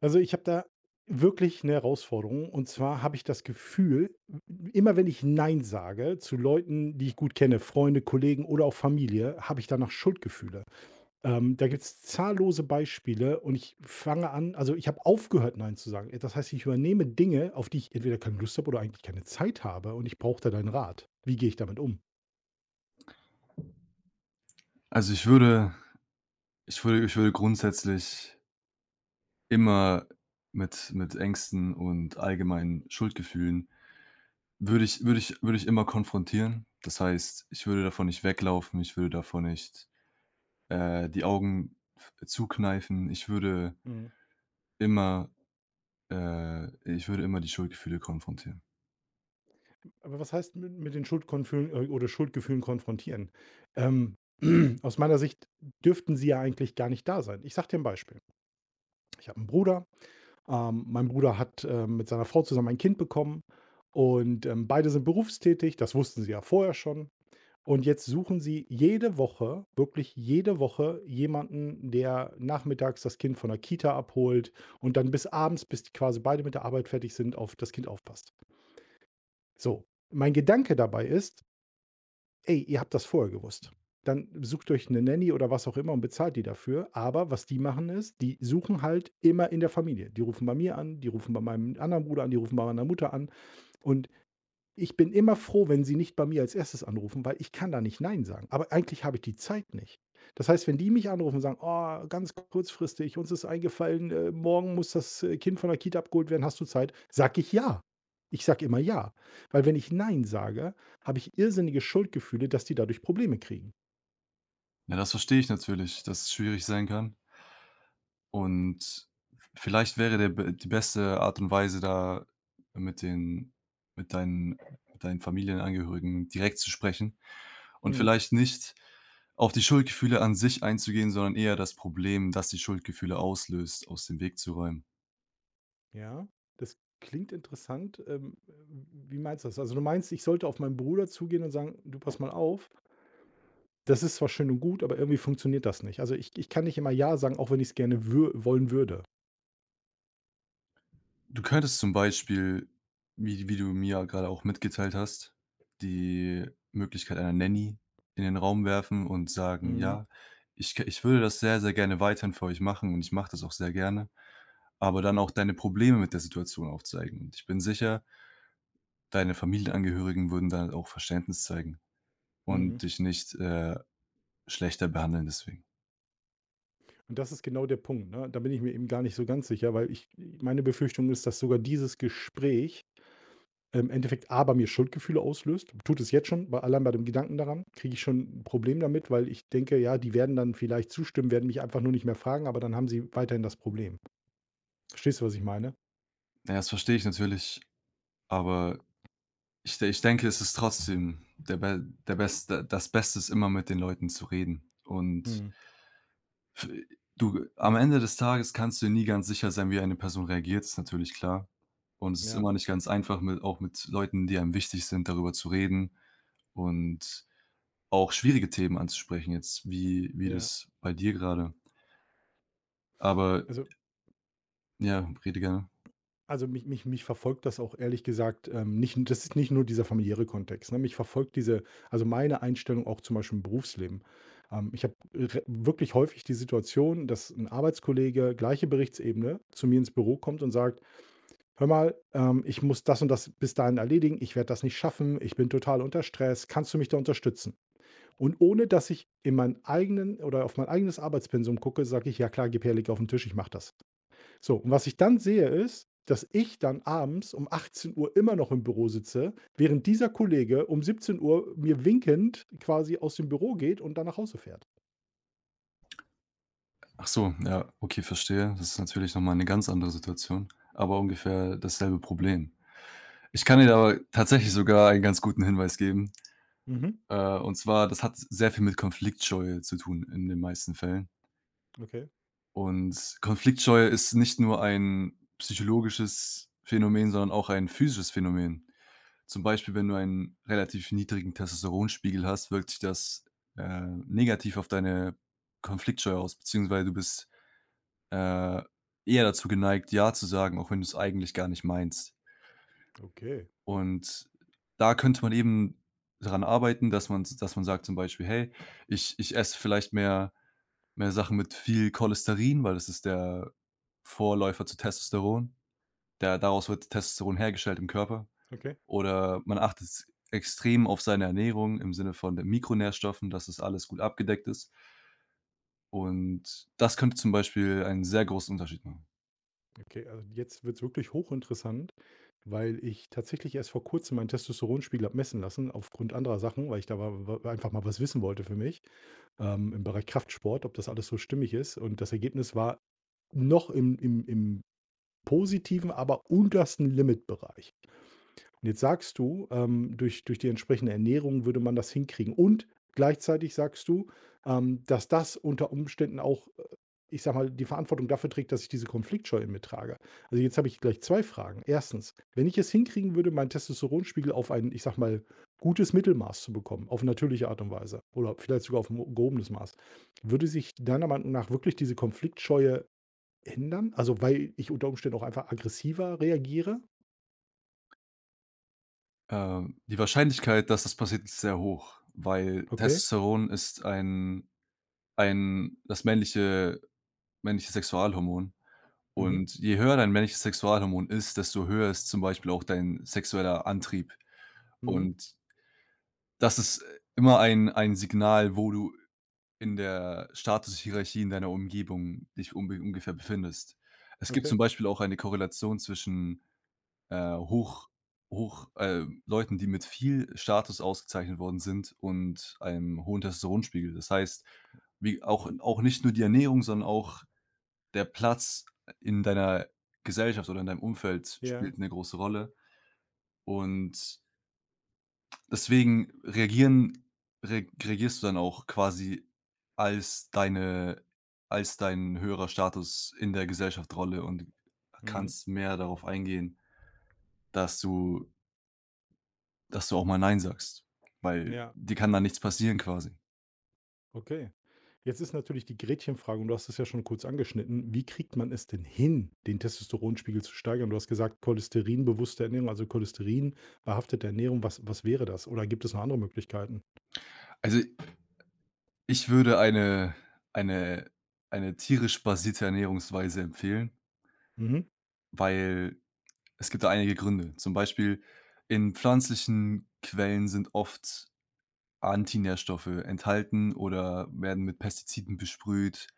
Also, ich habe da wirklich eine Herausforderung und zwar habe ich das Gefühl, immer wenn ich „Nein" sage zu Leuten, die ich gut kenne, Freunde, Kollegen oder auch Familie, habe ich danach Schuldgefühle. Da gibt es zahllose Beispiele und ich fange an also, ich habe aufgehört, „Nein" zu sagen. Das heißt, ich übernehme Dinge, auf die ich entweder keine Lust habe oder eigentlich keine Zeit habe und ich brauche da deinen Rat. Wie gehe ich damit um? Also, ich würde grundsätzlich immer mit Ängsten und allgemeinen Schuldgefühlen würde ich immer konfrontieren. Das heißt, ich würde davon nicht weglaufen, ich würde davon nicht, die Augen f zukneifen. Mhm. immer ich würde immer die Schuldgefühle konfrontieren. Aber was heißt mit den Schuldkonfühlen oder Schuldgefühlen konfrontieren? Ähm, aus meiner Sicht dürften sie ja eigentlich gar nicht da sein. Ich sage dir ein Beispiel. Ich habe einen Bruder. Mein Bruder hat, mit seiner Frau zusammen ein Kind bekommen und, beide sind berufstätig. Das wussten sie ja vorher schon. Und jetzt suchen sie jede Woche, wirklich jede Woche jemanden, der nachmittags das Kind von der Kita abholt und dann bis abends, bis die quasi beide mit der Arbeit fertig sind, auf das Kind aufpasst. So, mein Gedanke dabei ist: Ey, ihr habt das vorher gewusst. Dann sucht euch eine Nanny oder was auch immer und bezahlt die dafür. Aber was die machen ist, die suchen halt immer in der Familie. Die rufen bei mir an, die rufen bei meinem anderen Bruder an, die rufen bei meiner Mutter an. Und ich bin immer froh, wenn sie nicht bei mir als erstes anrufen, weil ich kann da nicht nein sagen. Aber eigentlich habe ich die Zeit nicht. Das heißt, wenn die mich anrufen und sagen: „Oh, ganz kurzfristig, uns ist eingefallen, morgen muss das, Kind von der Kita abgeholt werden. Hast du Zeit?" Sage ich: „Ja." Ich sage immer „ja", weil wenn ich nein sage, habe ich irrsinnige Schuldgefühle, dass die dadurch Probleme kriegen. Ja, das verstehe ich natürlich, dass es schwierig sein kann. Und vielleicht wäre der be die beste Art und Weise, da mit den mit deinen mit deinen Familienangehörigen direkt zu sprechen und Mhm. vielleicht nicht auf die Schuldgefühle an sich einzugehen, sondern eher das Problem, das die Schuldgefühle auslöst, aus dem Weg zu räumen. Ja, das klingt interessant. Wie meinst du das? Also, du meinst, ich sollte auf meinen Bruder zugehen und sagen: „Du, pass mal auf, das ist zwar schön und gut, aber irgendwie funktioniert das nicht. Also, ich kann nicht immer „ja" sagen, auch wenn ich es gerne wür wollen würde." Du könntest zum Beispiel, wie du mir ja gerade auch mitgeteilt hast, die Möglichkeit einer Nanny in den Raum werfen und sagen: Mhm, „Ja, ich würde das sehr, sehr gerne weiterhin für euch machen und ich mache das auch sehr gerne, aber dann auch deine Probleme mit der Situation aufzeigen. Und ich bin sicher, deine Familienangehörigen würden da auch Verständnis zeigen und mhm. dich nicht, schlechter behandeln deswegen.“ Und das ist genau der Punkt, ne? Da bin ich mir eben gar nicht so ganz sicher, weil ich meine Befürchtung ist, dass sogar dieses Gespräch im Endeffekt A bei mir Schuldgefühle auslöst. Tut es jetzt schon, bei allein bei dem Gedanken daran kriege ich schon ein Problem damit, weil ich denke, ja, die werden dann vielleicht zustimmen, werden mich einfach nur nicht mehr fragen, aber dann haben sie weiterhin das Problem. Verstehst du, was ich meine? Ja, das verstehe ich natürlich, aber ich denke, es ist trotzdem der be der beste das Beste ist immer mit den Leuten zu reden. Und Mhm. f du am Ende des Tages kannst du nie ganz sicher sein, wie eine Person reagiert, ist natürlich klar. Und es ist Ja, immer nicht ganz einfach, mit auch mit Leuten, die einem wichtig sind, darüber zu reden. Und auch schwierige Themen anzusprechen jetzt, wie ja. das bei dir gerade. Aber Also ja, rede gerne. Also, mich verfolgt das auch ehrlich gesagt, nicht, das ist nicht nur dieser familiäre Kontext, ne? Mich verfolgt diese, also, meine Einstellung auch zum Beispiel im Berufsleben. Ich habe re wirklich häufig die Situation, dass ein Arbeitskollege, gleiche Berichtsebene, zu mir ins Büro kommt und sagt: „Hör mal, ich muss das und das bis dahin erledigen. Ich werde das nicht schaffen. Ich bin total unter Stress. Kannst du mich da unterstützen?" Und ohne dass ich in meinen eigenen oder auf mein eigenes Arbeitspensum gucke, sage ich: „Ja klar, gib her, leg auf den Tisch, ich mache das." So, und was ich dann sehe, ist, dass ich dann abends um 18 Uhr immer noch im Büro sitze, während dieser Kollege um 17 Uhr mir winkend quasi aus dem Büro geht und dann nach Hause fährt. Ach so, ja, okay, verstehe. Das ist natürlich noch mal 'ne ganz andere Situation, aber ungefähr dasselbe Problem. Ich kann dir aber tatsächlich sogar einen ganz guten Hinweis geben. Mhm. Und zwar, das hat sehr viel mit Konfliktscheue zu tun in den meisten Fällen. Okay, Und Konfliktscheue ist nicht nur ein psychologisches Phänomen, sondern auch ein physisches Phänomen. Zum Beispiel, wenn du einen relativ niedrigen Testosteronspiegel hast, wirkt sich das, negativ auf deine Konfliktscheu aus, beziehungsweise du bist, äh, eher dazu geneigt, „ja“ zu sagen, auch wenn du es eigentlich gar nicht meinst. okay, Und da könnte man eben daran arbeiten, dass man sagt zum Beispiel: „Hey, ich esse vielleicht mehr Sachen mit viel Cholesterin“, weil das ist der Vorläufer zu Testosteron. Der daraus wird Testosteron hergestellt im Körper. okay, Oder man achtet extrem auf seine Ernährung im Sinne von den Mikronährstoffen, dass das alles gut abgedeckt ist. Und das könnte zum Beispiel einen sehr großen Unterschied machen. okay. Also jetzt wird's wirklich hochinteressant, weil ich tatsächlich erst vor Kurzem meinen Testosteronspiegel habe messen lassen aufgrund anderer Sachen, weil ich da wa wa einfach mal was wissen wollte für mich, im Bereich Kraftsport, ob das alles so stimmig ist. Und das Ergebnis war noch im positiven, aber untersten Limitbereich. Und jetzt sagst du, durch die entsprechende Ernährung würde man das hinkriegen. Und gleichzeitig sagst du, dass das unter Umständen auch, ich sage mal, die Verantwortung dafür trägt, dass ich diese Konfliktscheu in mir trage. Also jetzt habe ich gleich 2 Fragen. Erstens, wenn ich es hinkriegen würde, meinen Testosteronspiegel auf ein, ich sage mal, gutes Mittelmaß zu bekommen, auf natürliche Art und Weise oder vielleicht sogar auf ein gehobenes Maß, würde sich deiner Meinung nach wirklich diese Konfliktscheue ändern? Also, weil ich unter Umständen auch einfach aggressiver reagiere? Die Wahrscheinlichkeit, dass das passiert, ist sehr hoch, weil Okay. Testosteron ist ein das männliche Sexualhormon. Mhm. Und je höher dein männliches Sexualhormon ist, desto höher ist zum Beispiel auch dein sexueller Antrieb. Mhm. Und das ist immer ein Signal, wo du in der Statushierarchie in deiner Umgebung dich unbe ungefähr befindest. Es gibt zum Okay, Beispiel auch eine Korrelation zwischen, hoch hoch Leuten, die mit viel Status ausgezeichnet worden sind und einem hohen Testosteronspiegel. Das heißt, wie auch nicht nur die Ernährung, sondern auch der Platz in deiner Gesellschaft oder in deinem Umfeld ja. spielt eine große Rolle, und deswegen reagieren re reagierst du dann auch quasi als deine als dein höherer Status in der Gesellschaft Rolle und Mhm. kannst mehr darauf eingehen, dass du dass du auch mal „Nein“ sagst, weil Ja, dir kann da nichts passieren quasi. okay. Jetzt ist natürlich die Gretchenfrage und du hast es ja schon kurz angeschnitten. Wie kriegt man es denn hin, den Testosteronspiegel zu steigern? Du hast gesagt, cholesterinbewusste Ernährung, also cholesterinbehaftete Ernährung. Was, was wäre das? Oder gibt es noch andere Möglichkeiten? Also, ich würde eine eine tierisch basierte Ernährungsweise empfehlen, Mhm. weil es gibt da einige Gründe. Zum Beispiel in pflanzlichen Quellen sind oft Antinährstoffe enthalten oder werden mit Pestiziden besprüht.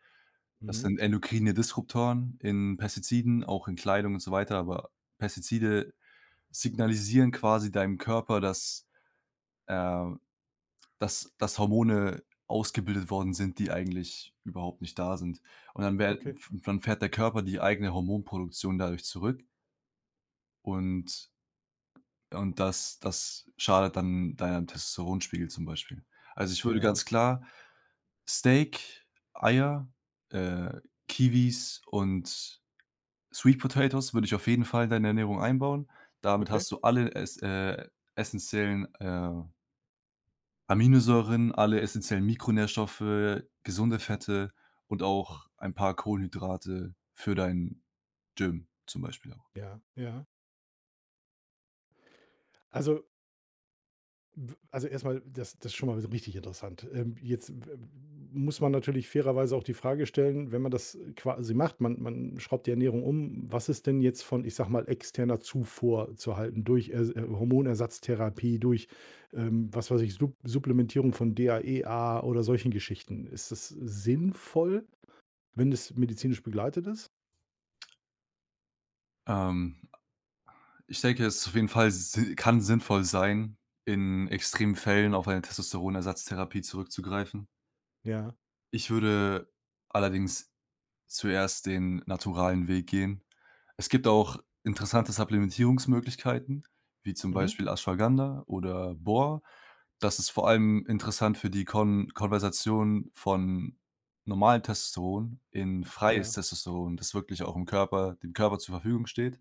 Das Mhm. sind endokrine Disruptoren in Pestiziden, auch in Kleidung und so weiter, aber Pestizide signalisieren quasi deinem Körper, dass, äh dass Hormone ausgebildet worden sind, die eigentlich überhaupt nicht da sind. Und Okay. dann fährt der Körper die eigene Hormonproduktion dadurch zurück. und Und das schadet dann deinem Testosteronspiegel zum Beispiel. Also, ich würde, mhm, Ja. ganz klar Steak, Eier, äh, Kiwis und Sweet Potatoes würde ich auf jeden Fall in deine Ernährung einbauen. Damit Okay. hast du alle es essenziellen, Aminosäuren, alle essenziellen Mikronährstoffe, gesunde Fette und auch ein paar Kohlenhydrate für dein Gym zum Beispiel auch. Ja. Ja. Also. W Also erstmal, das das ist schon mal so richtig interessant. Jetzt w muss man natürlich fairerweise auch die Frage stellen, wenn man das quasi macht, man man schraubt die Ernährung um, was ist denn jetzt von, ich sage mal, externer Zufuhr zu halten durch Ers Hormonersatztherapie, durch, was weiß ich, Supplementierung von DHEA oder solchen Geschichten. Ist das sinnvoll, wenn es medizinisch begleitet ist? Ähm Ich denke, es ist auf jeden Fall si kann sinnvoll sein, in extremen Fällen auf eine Testosteronersatztherapie zurückzugreifen. Ja. Ich würde allerdings zuerst den naturalen Weg gehen. Es gibt auch interessante Supplementierungsmöglichkeiten, wie zum Mhm. Beispiel Ashwagandha oder Bor. Das ist vor allem interessant für die Konversation von normalem Testosteron in freies Ja, Testosteron, das wirklich auch im Körper dem Körper zur Verfügung steht.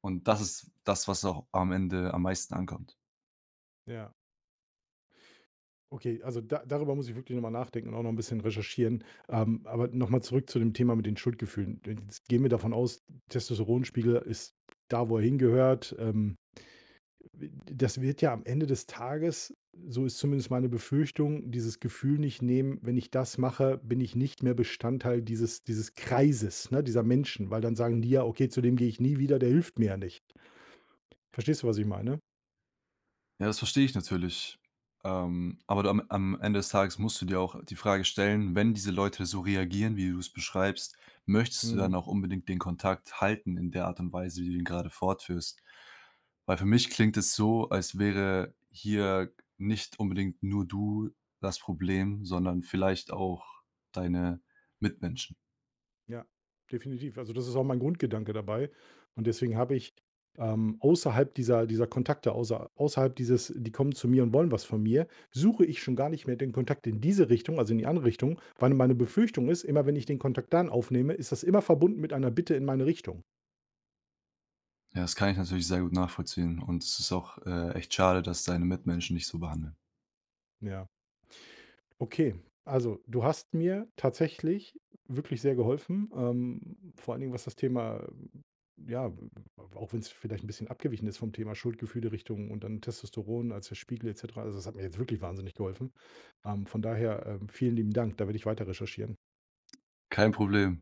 Und das ist das, was auch am Ende am meisten ankommt. ja. Okay, also da darüber muss ich wirklich noch mal nachdenken und auch noch ein bisschen recherchieren. Aber noch mal zurück zu dem Thema mit den Schuldgefühlen. Jetzt gehen wir davon aus, Testosteronspiegel ist da, wo er hingehört. Das wird ja am Ende des Tages, so ist zumindest meine Befürchtung, dieses Gefühl nicht nehmen: „Wenn ich das mache, bin ich nicht mehr Bestandteil dieses Kreises, ne, dieser Menschen", weil dann sagen die ja: „Okay, zu dem gehe ich nie wieder, der hilft mir ja nicht." Verstehst du, was ich meine? Ja, das verstehe ich natürlich. Aber du, am Ende des Tages musst du dir auch die Frage stellen, wenn diese Leute so reagieren, wie du es beschreibst, möchtest du dann Mhm. auch unbedingt den Kontakt halten in der Art und Weise, wie du ihn gerade fortführst? Weil für mich klingt es so, als wäre hier nicht unbedingt nur du das Problem, sondern vielleicht auch deine Mitmenschen. Ja, definitiv. Also, das ist auch mein Grundgedanke dabei. Und deswegen habe ich, außerhalb dieser Kontakte, außerhalb dieses die kommen zu mir und wollen was von mir, suche ich schon gar nicht mehr den Kontakt in diese Richtung, also in die andere Richtung, weil meine Befürchtung ist, immer wenn ich den Kontakt dann aufnehme, ist das immer verbunden mit einer Bitte in meine Richtung. Ja, das kann ich natürlich sehr gut nachvollziehen und es ist auch, echt schade, dass deine Mitmenschen dich so behandeln. Ja. Okay, also du hast mir tatsächlich wirklich sehr geholfen, vor allen Dingen was das Thema, ja, auch wenn es vielleicht ein bisschen abgewichen ist vom Thema Schuldgefühle Richtung und dann Testosteron als der Spiegel et cetera. Also, das hat mir jetzt wirklich wahnsinnig geholfen. Von daher, vielen lieben Dank. Da werde ich weiter recherchieren. Kein Problem.